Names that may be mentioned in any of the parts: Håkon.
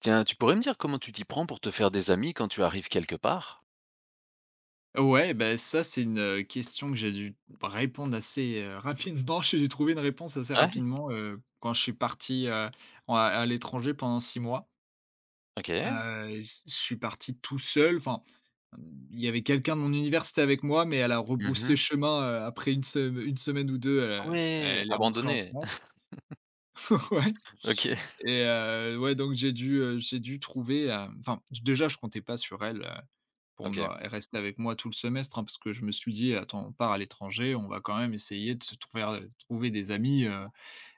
Tiens, tu pourrais me dire comment tu t'y prends pour te faire des amis quand tu arrives quelque part? Ouais, ben ça, c'est une question que j'ai dû répondre assez rapidement. J'ai dû trouver une réponse assez Ouais, rapidement, quand je suis parti, en à l'étranger pendant 6 mois. OK. Je suis parti tout seul, enfin, il y avait quelqu'un de mon université avec moi, mais elle a Mmh rebroussé mh. chemin, après une semaine ou 2. Ah ouais, Elle est rentrée en abandonné. France. Ouais, OK, et ouais, donc j'ai dû trouver, enfin, déjà, je comptais pas sur elle, pour me OK. rester avec moi tout le semestre, hein, parce que je me suis dit: «Attends, on part à l'étranger, on va quand même essayer de se trouver r trouver des amis, heu,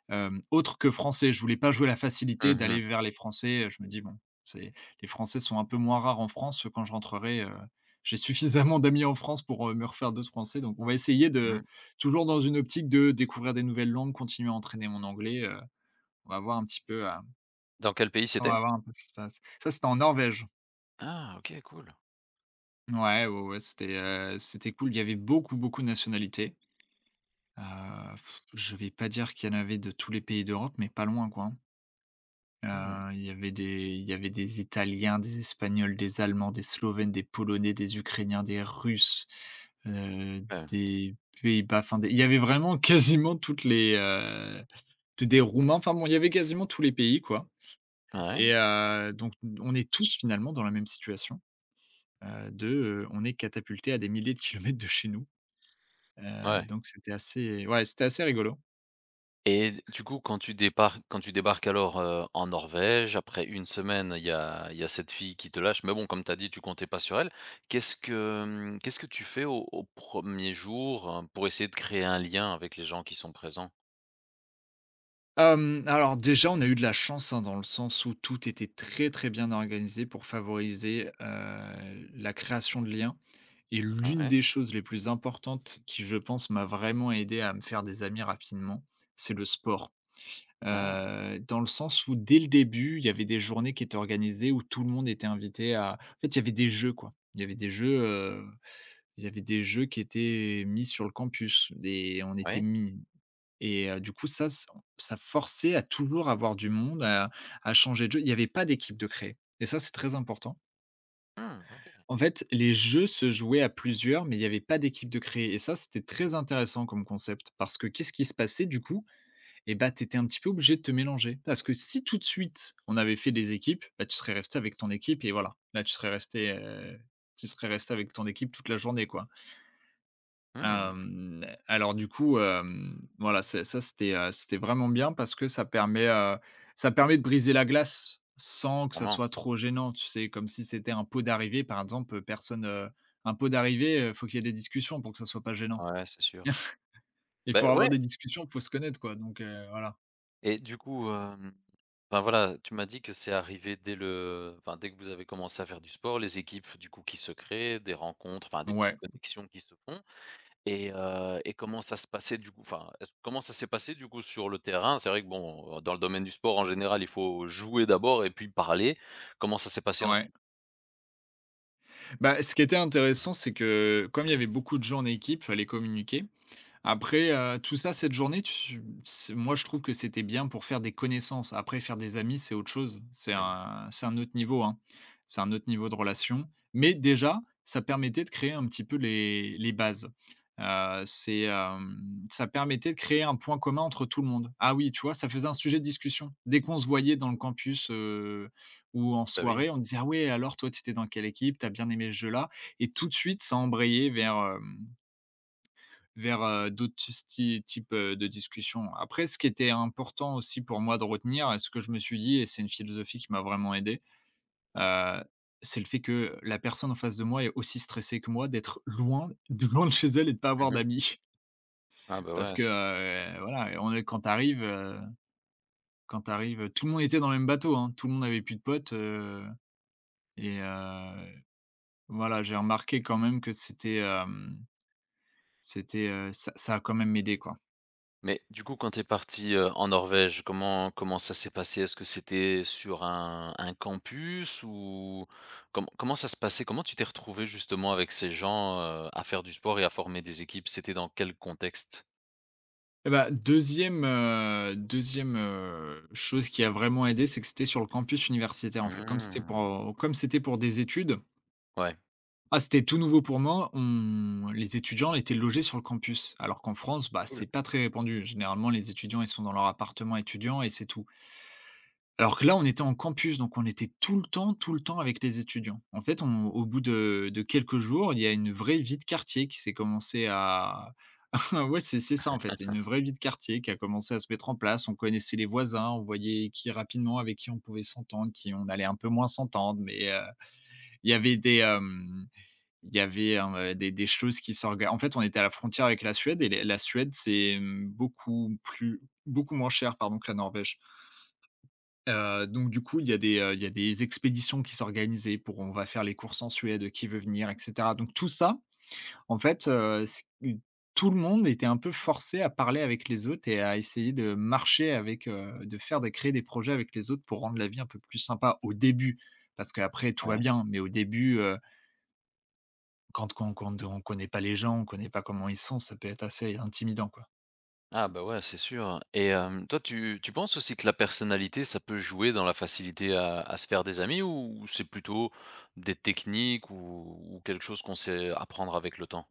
hem, autres que français». Je voulais pas jouer la facilité Mmh d'aller mh. vers les Français, je me dis: «Bon, c'est les Français sont un peu moins rares en France, quand je rentrerai, j'ai suffisamment d'amis en France pour, me refaire d'autres Français». Donc on va essayer de Mmh. toujours dans une optique de découvrir des nouvelles langues, continuer à entraîner mon anglais, on va voir un petit peu, heu, Dans quel pays on c'était? va voir un peu ce qui se passe. Ça, c'était en Norvège. Ah OK, cool. Ouais, ouais, ouais, c'était cool. Il y avait beaucoup, beaucoup de nationalités. Heu, je vais pas dire qu'il y en avait de tous les pays d'Europe, mais pas loin, quoi, hein. Mmh, Il y avait des Italiens, des Espagnols, des Allemands, des Slovènes, des Polonais, des Ukrainiens, des Russes, heu, ouais. des Pays-Bas, enfin, des il y avait vraiment quasiment toutes les, des Roumains, enfin bon, il y avait quasiment tous les pays, quoi. Ouais, Et donc on est tous finalement dans la même situation, on est catapultés à des milliers de kilomètres de chez nous. Ouais, Donc c'était assez ouais, c'était assez rigolo. et d du coup, quand tu débarques alors, en Norvège, après une semaine, il y a cette fille qui te lâche, mais bon, comme tu as dit, tu comptais pas sur elle. Qu'est-ce que tu fais au 1er jour, pour essayer de créer un lien avec les gens qui sont présents? Alors déjà, on a eu de la chance, hein, dans le sens où tout était très, très bien organisé pour favoriser, la création de liens et l'une Ouais. des choses les plus importantes qui, je pense, m'a vraiment aidé à me faire des amis rapidement, c'est le sport. Ah, Dans le sens où dès le début, il y avait des journées qui étaient organisées où tout le monde était invité à en fait, il y avait des jeux, quoi. Il y avait des jeux qui étaient mis sur le campus et on était ouais. mis et du coup ça forçait à toujours avoir du monde, à changer de jeu. Il n'y avait pas d'équipe de créer et ça, c'est très important. Mmh, OK. En fait, les jeux se jouaient à plusieurs, mais il n'y avait pas d'équipe de créer et ça, c'était très intéressant comme concept parce que qu'est-ce qui se passait du coup? Et bah, t'étais un petit peu obligé de te mélanger. Parce que si tout de suite on avait fait des équipes, bah, tu serais resté avec ton équipe et voilà. Là, tu serais resté avec ton équipe toute la journée, quoi. Mmh, Alors du coup, voilà, c'était vraiment bien parce que ça permet de briser la glace sans que ça clairement. soit trop gênant. Tu sais, comme si c'était un pot d'arrivée par exemple, un pot d'arrivée, faut qu'il y ait des discussions pour que ça soit pas gênant Ouais, c'est sûr. et Beh, pour avoir ouais, des discussions, faut se connaître quoi donc voilà. et du coup, voilà, tu m'as dit que c'est arrivé dès que vous avez commencé à faire du sport, les équipes du coup qui se créent, des rencontres, enfin des petites Ouais, connexions qui se font. Et comment ça se passait du coup? Enfin, est-ce comment ça s'est passé du coup sur le terrain? C'est vrai que bon, dans le domaine du sport en général, il faut jouer d'abord et puis parler. Comment ça s'est passé ensuite? ouais. Bah, ce qui était intéressant, c'est que comme il y avait beaucoup de gens en équipe, fallait communiquer. Après, tout ça, cette journée, tu c'est moi, je trouve que c'était bien pour faire des connaissances. Après, faire des amis, c'est autre chose. C'est Oui. un c'est un autre niveau, hein. C'est un autre niveau de relation. Mais déjà, ça permettait de créer un petit peu les bases. Heu, c'est, hem, Ça permettait de créer un point commun entre tout le monde. Ah oui, tu vois, ça faisait un sujet de discussion. Dès qu'on se voyait dans le campus, ou en Bah oui. soirée, on disait: «Ah ouais, alors toi, tu étais dans quelle équipe? T'as bien aimé ce jeu-là?» Et tout de suite, ça embrayait vers, d'autres sty types, de discussions. Après ce qui était important aussi pour moi de retenir et ce que je me suis dit et c'est une philosophie qui m'a vraiment aidé, heu, c'est le fait que la personne en face de moi est aussi stressée que moi d'être loin de loin de chez elle et de pas avoir Mmh mh. d'amis. Ah bah Parce ouais, que, c heu, voilà, on est quand tu arrives, tout le monde était dans le même bateau, hein, tout le monde avait plus de potes, et voilà, j'ai remarqué quand même que ça a quand même aidé, quoi. Mais du coup, quand tu es parti, en Norvège, comment ça s'est passé? Est-ce que c'était sur un campus ou comment ça se passait? Comment tu t'es retrouvé justement avec ces gens, à faire du sport et à former des équipes? C'était dans quel contexte? Eh ben deuxième e 2 chose qui a vraiment aidé, c'est que c'était sur le campus universitaire, en fait. Mmh. Comme c'était pour des études Ouais. ah, c'était tout nouveau pour moi, on les étudiants étaient logés sur le campus. Alors qu'en France, bah, Cool. c'est pas très répandu. Généralement, les étudiants, ils sont dans leur appartement étudiant et c'est tout. Alors que là, on était en campus, donc on était tout le temps avec les étudiants. En fait, on au bout de quelques jours, il y a une vraie vie de quartier qui s'est commencée à Ah ouais, c'est ça en fait, une vraie vie de quartier qui a commencé à se mettre en place. On connaissait les voisins, on voyait qui rapidement avec qui on pouvait s'entendre, qui on allait un peu moins s'entendre, mais il y avait des, hem, il y avait, des choses qui s'organisaient. En fait, on était à la frontière avec la Suède et les la Suède, c'est, beaucoup moins cher pardon que la Norvège. Donc du coup, il y a des expéditions qui s'organisaient pour on va faire les courses en Suède, qui veut venir et cetera. Donc tout ça en fait, c tout le monde était un peu forcé à parler avec les autres et à essayer de marcher avec, de créer des projets avec les autres pour rendre la vie un peu plus sympa au début. Parce qu'après tout va Ouais. bien, mais au début, quand qu'on qu'on on ne connaît pas les gens, on ne connaît pas comment ils sont, ça peut être assez intimidant, quoi. Ah bah, ouais, c'est sûr. Et hem, toi, tu penses aussi que la personnalité, ça peut jouer dans la facilité à se faire des amis, ou c'est plutôt des techniques, ou quelque chose qu'on sait apprendre avec le temps?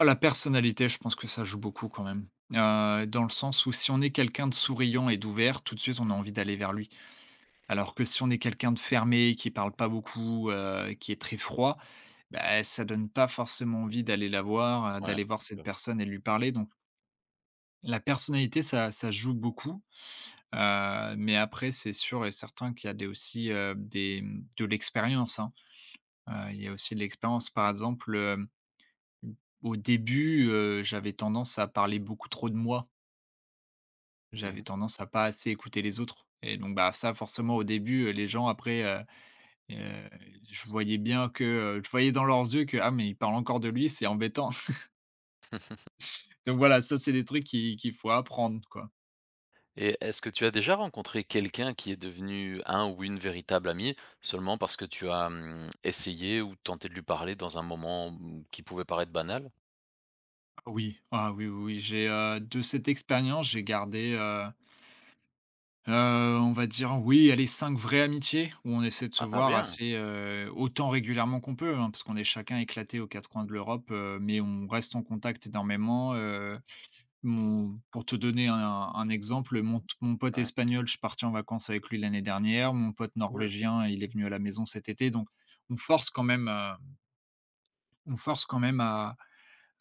Ah, la personnalité, je pense que ça joue beaucoup quand même. Dans le sens où si on est quelqu'un de souriant et d'ouvert, tout de suite on a envie d'aller vers lui. Alors que si on est quelqu'un de fermé, qui parle pas beaucoup, qui est très froid, bah, ça donne pas forcément envie d'aller Ouais. Ouais, d'aller voir c'est cette sûr. personne et de lui parler donc la personnalité ça joue beaucoup, mais après c'est sûr et certain qu'il y a des aussi, des mmh, de l'expérience, hein. Il y a aussi de l'expérience. Par exemple, au début, j'avais tendance à parler beaucoup trop de moi. J'avais Mmh. tendance à pas assez écouter les autres et donc bah, ça forcément au début, les gens aprèsheu, je voyais bien que, je voyais dans leurs yeux que: «Ah mais il parle encore de lui, c'est embêtant». Donc voilà, ça, c'est des trucs qui qu'il faut apprendre, quoi. Et est-ce que tu as déjà rencontré quelqu'un qui est devenu un ou une véritable amie seulement parce que tu as essayé ou tenté de lui parler dans un moment qui pouvait paraître banal? Ah oui, ah oui, oui, oui, de cette expérience, j'ai gardé, on va dire, oui, allez, 5 vraies amitiés où on essaie de se Ah voir bien, assez, autant régulièrement qu'on peut, hein, parce qu'on est chacun éclaté aux 4 coins de l'Europe, mais on reste en contact énormément, mon pour te donner un exemple, mon pote ouais, espagnol, je suis parti en vacances avec lui l'année dernière, mon pote cool. norvégien, il est venu à la maison cet été, donc on force quand même, heu, on force quand même à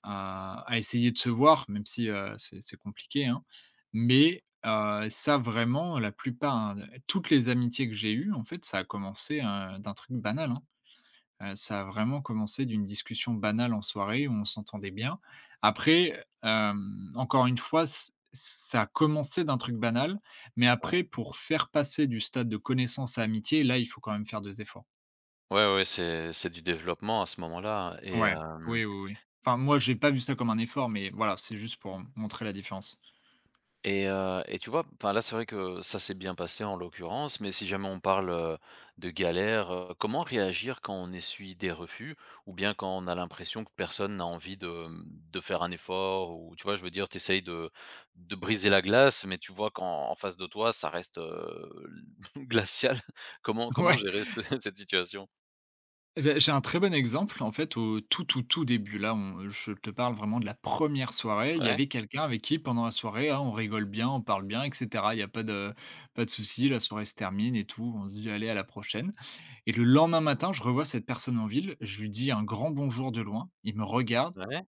à à essayer de se voir, même si, c'est compliqué, hein. Mais, ça vraiment la plupart, hein, toutes les amitiés que j'ai eues, en fait, ça a commencé, d'un truc banal, hein. Ça a vraiment commencé d'une discussion banale en soirée où on s'entendait bien. Après, encore une fois, ç ça a commencé d'un truc banal, mais Ouais, après pour faire passer du stade de connaissance à amitié, là, il faut quand même faire des efforts. ouais, ouais, c'est du développement à ce moment-là. Ouais, oui, oui, oui. Enfin, moi, j'ai pas vu ça comme un effort, mais voilà, c'est juste pour montrer la différence. Et tu vois, enfin, là, c'est vrai que ça s'est bien passé en l'occurrence, mais si jamais on parle, de galère, comment réagir quand on essuie des refus? Ou bien quand on a l'impression que personne n'a envie de faire un effort? Ou tu vois, je veux dire, t'essayes de briser la glace, mais tu vois qu'en face de toi, ça reste, glacial. Comment comment Ouais. gérer ce cette situation? Et beh, j'ai un très bon exemple. En fait, au tout, tout, tout début, là, on je te parle vraiment de la première soirée. Il y Ouais, avait quelqu'un avec qui, pendant la soirée, hein, on rigole bien, on parle bien, et cetera. Il y a pas de souci, la soirée se termine et tout, on se dit: «Allez, à la prochaine», et le lendemain matin, je revois cette personne en ville, je lui dis un grand bonjour de loin, il me regarde ouais.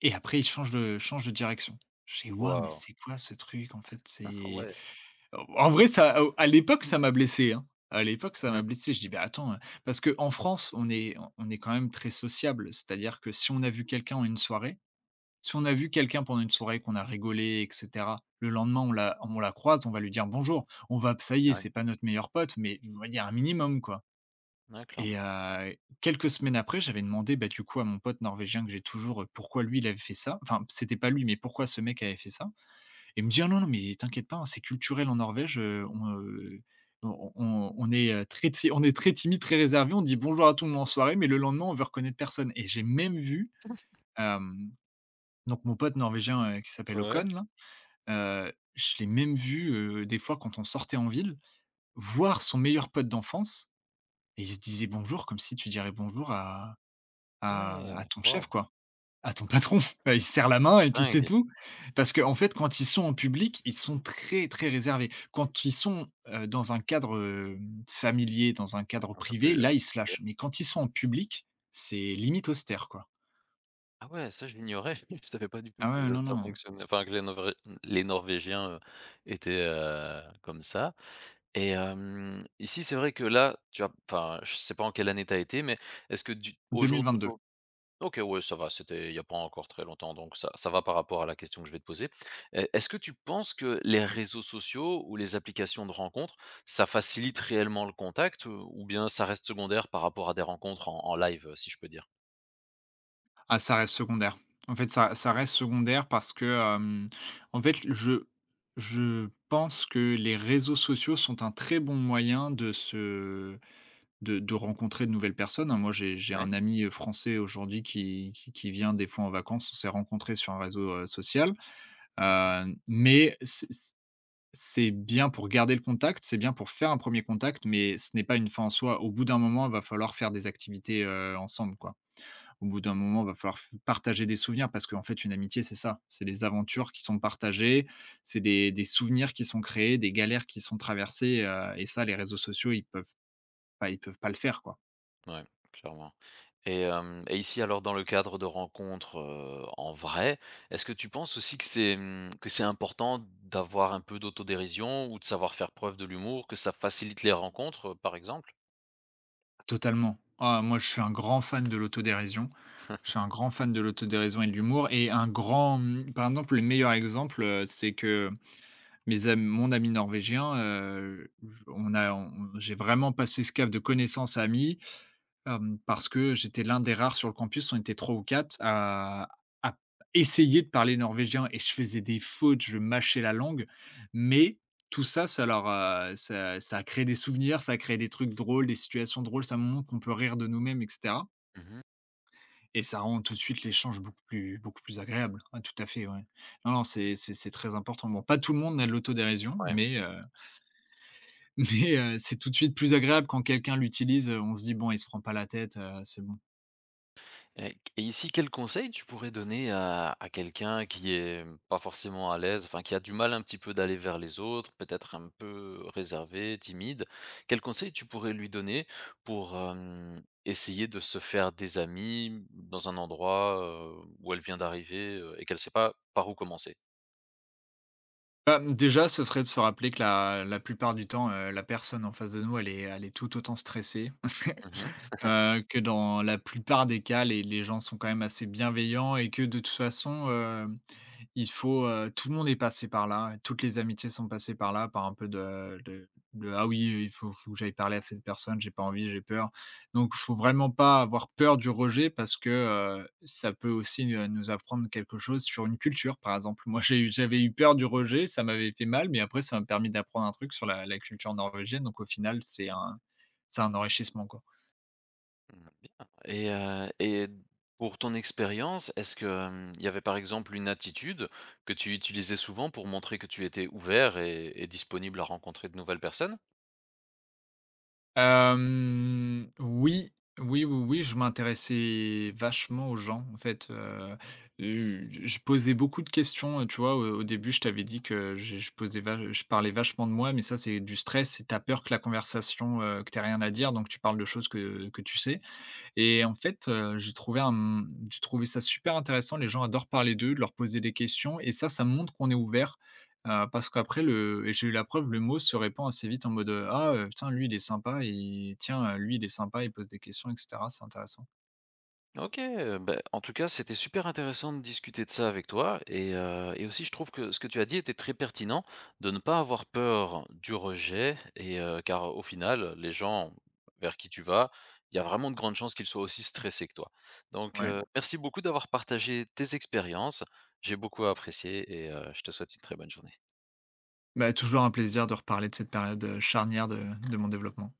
et après il change de direction. Je fais: «Waouh, mais Waouh! c'est quoi ce truc, en fait?» C'est Ouais. En vrai, ça à l'époque, ça m'a blessé, hein. À l'époque, ça Mmh, m'a blessé. Je dis: «Beh, attends», parce que en France, on est quand même très sociable. C'est-à-dire que si on a vu quelqu'un en une soirée, si on a vu quelqu'un pendant une soirée, qu'on a rigolé et cetera, le lendemain, on la croise, on va lui dire: «Bonjour». On va ça y est, ouais. c'est pas notre meilleur pote, mais on va dire un minimum, quoi. Ouais, Et clairement. Quelques semaines après, j'avais demandé, bah, du coup, à mon pote norvégien que j'ai toujours, pourquoi lui, il avait fait ça. Enfin, c'était pas lui, mais pourquoi ce mec avait fait ça et me dit: «Ah non, non, mais t'inquiète pas, hein, c'est culturel en Norvège, on, on est, très ti on est très timide, très réservé, on dit bonjour à tout le monde en soirée, mais le lendemain, on veut reconnaître personne». Et j'ai même vu, hem, donc mon pote norvégien, qui s'appelle Håkon Ouais. là, je l'ai même vu, des fois quand on sortait en ville, voir son meilleur pote d'enfance et ils se disaient bonjour comme si tu dirais bonjour à à Ouais, ton chef, waouh, quoi. À ton patron, bah, il se serre la main et puis c'est dingue! tout. Parce que en fait, quand ils sont en public, ils sont très, très réservés. Quand ils sont, dans un cadre, familier, dans un cadre Un peu privé, plus. là, ils se OK. lâchent. Mais quand ils sont en public, c'est limite austère, quoi. Ah ouais, ça je l'ignorais, je savais pas du tout Ah que ouais, non, ça non, fonctionnait, enfin que les Norvé les Norvégiens, étaient, comme ça. Et hem, ici c'est vrai que là, tu as, enfin je sais pas en quelle année t'as été, mais est-ce que du au jour 2022. d'aujour OK, ouais, ça va, c'était il y a pas encore très longtemps, donc ça ça va par rapport à la question que je vais te poser. Est-ce que tu penses que les réseaux sociaux ou les applications de rencontres, ça facilite réellement le contact, ou bien ça reste secondaire par rapport à des rencontres en en live, si je peux dire? Ah, ça reste secondaire. En fait, ça reste secondaire parce que, hem, en fait, je pense que les réseaux sociaux sont un très bon moyen de se de rencontrer de nouvelles personnes, hein. Moi, j'ai Ouais. un ami, français aujourd'hui qui vient des fois en vacances. On s'est rencontrés sur un réseau, social, Mmh. Mais c'est bien pour garder le contact, c'est bien pour faire un premier contact, mais ce n'est pas une fin en soi. Au bout d'un moment, il va falloir faire des activités, ensemble, quoi. Au bout d'un moment, il va falloir f partager des souvenirs parce qu'en fait, une amitié, c'est ça. C'est des aventures qui sont partagées, c'est des souvenirs qui sont créés, des galères qui sont traversées, heu, et ça, les réseaux sociaux, ils peuvent pas le faire, quoi. Ouais, clairement. Et hem et ici alors dans le cadre de rencontres, en vrai, est-ce que tu penses aussi que que c'est important d'avoir un peu d'autodérision ou de savoir faire preuve de l'humour, que ça facilite les rencontres, par exemple? Totalement. Ah, moi, je suis un grand fan de l'autodérision. Je suis un grand fan de l'autodérision et de l'humour et un grand, mmh, par exemple, le meilleur exemple, c'est que mes am mon ami norvégien, on a on j'ai vraiment passé ce cap de connaissance, ami. Parce que j'étais l'un des rares sur le campus, on était 3 ou 4, à à essayer de parler norvégien et je faisais des fautes, je mâchais la langue, mais tout ça, ça leur a ça ça a créé des souvenirs, ça a créé des trucs drôles, des situations drôles, ça montre qu'on peut rire de nous-mêmes et cetera, Mmh. et ça rend tout de suite l'échange beaucoup plus agréable. Ah tout à fait, ouais. Non, non, c'est c'est très important. Bon, pas tout le monde a de l'autodérision, Ouais. mais mais c'est tout de suite plus agréable quand quelqu'un l'utilise, on se dit: «Bon, il se prend pas la tête, c'est bon». Et ici, quel conseil tu pourrais donner à quelqu'un qui est pas forcément à l'aise, enfin qui a du mal un petit peu d'aller vers les autres, peut-être un peu réservé, timide. Quel conseil tu pourrais lui donner pour essayer de se faire des amis dans un endroit où elle vient d'arriver, et qu'elle sait pas par où commencer? Bah, mmh, déjà, ce serait de se rappeler que la plupart du temps, la personne en face de nous, elle est tout autant stressée. Que dans la plupart des cas, les gens sont quand même assez bienveillants et que de toute façon, il faut, tout le monde est passé par là, toutes les amitiés sont passées par là, par un peu de: «Ah oui, il faut que j'aille parler à cette personne, j'ai pas envie, j'ai peur». Donc il faut vraiment pas avoir peur du rejet parce que, ça peut aussi, nous apprendre quelque chose sur une culture, par exemple. Moi, j'avais eu peur du rejet, ça m'avait fait mal, mais après ça m'a permis d'apprendre un truc sur la culture norvégienne, donc au final, c'est un enrichissement, quoi. Mmh, bien. Et pour ton expérience, est-ce que, il y avait par exemple une attitude que tu utilisais souvent pour montrer que tu étais ouvert et disponible à rencontrer de nouvelles personnes? Hem, oui, oui, je m'intéressais vachement aux gens, en fait, je posais beaucoup de questions, tu vois? Au début, je t'avais dit que je posais va je parlais vachement de moi, mais ça, c'est du stress et tu peur que la conversation, que t'aies rien à dire, donc tu parles de choses que tu sais. Et en fait, j'ai trouvé un, mmh, j'ai trouvé ça super intéressant. Les gens adorent parler d'eux, de leur poser des questions et ça montre qu'on est ouvert, parce qu'après le et j'ai eu la preuve, le mot se répand assez vite en mode, «Ah, putain, lui, il est sympa et tiens, lui, il est sympa, il pose des questions» et cetera. C'est intéressant. OK, beh, en tout cas, c'était super intéressant de discuter de ça avec toi. Et aussi je trouve que ce que tu as dit était très pertinent, de ne pas avoir peur du rejet. Car au final, les gens vers qui tu vas, il y a vraiment de grandes chances qu'ils soient aussi stressés que toi. Donc Ouais. Merci beaucoup d'avoir partagé tes expériences. J'ai beaucoup apprécié, je te souhaite une très bonne journée. Bah, toujours un plaisir de reparler de cette période, charnière de mon développement.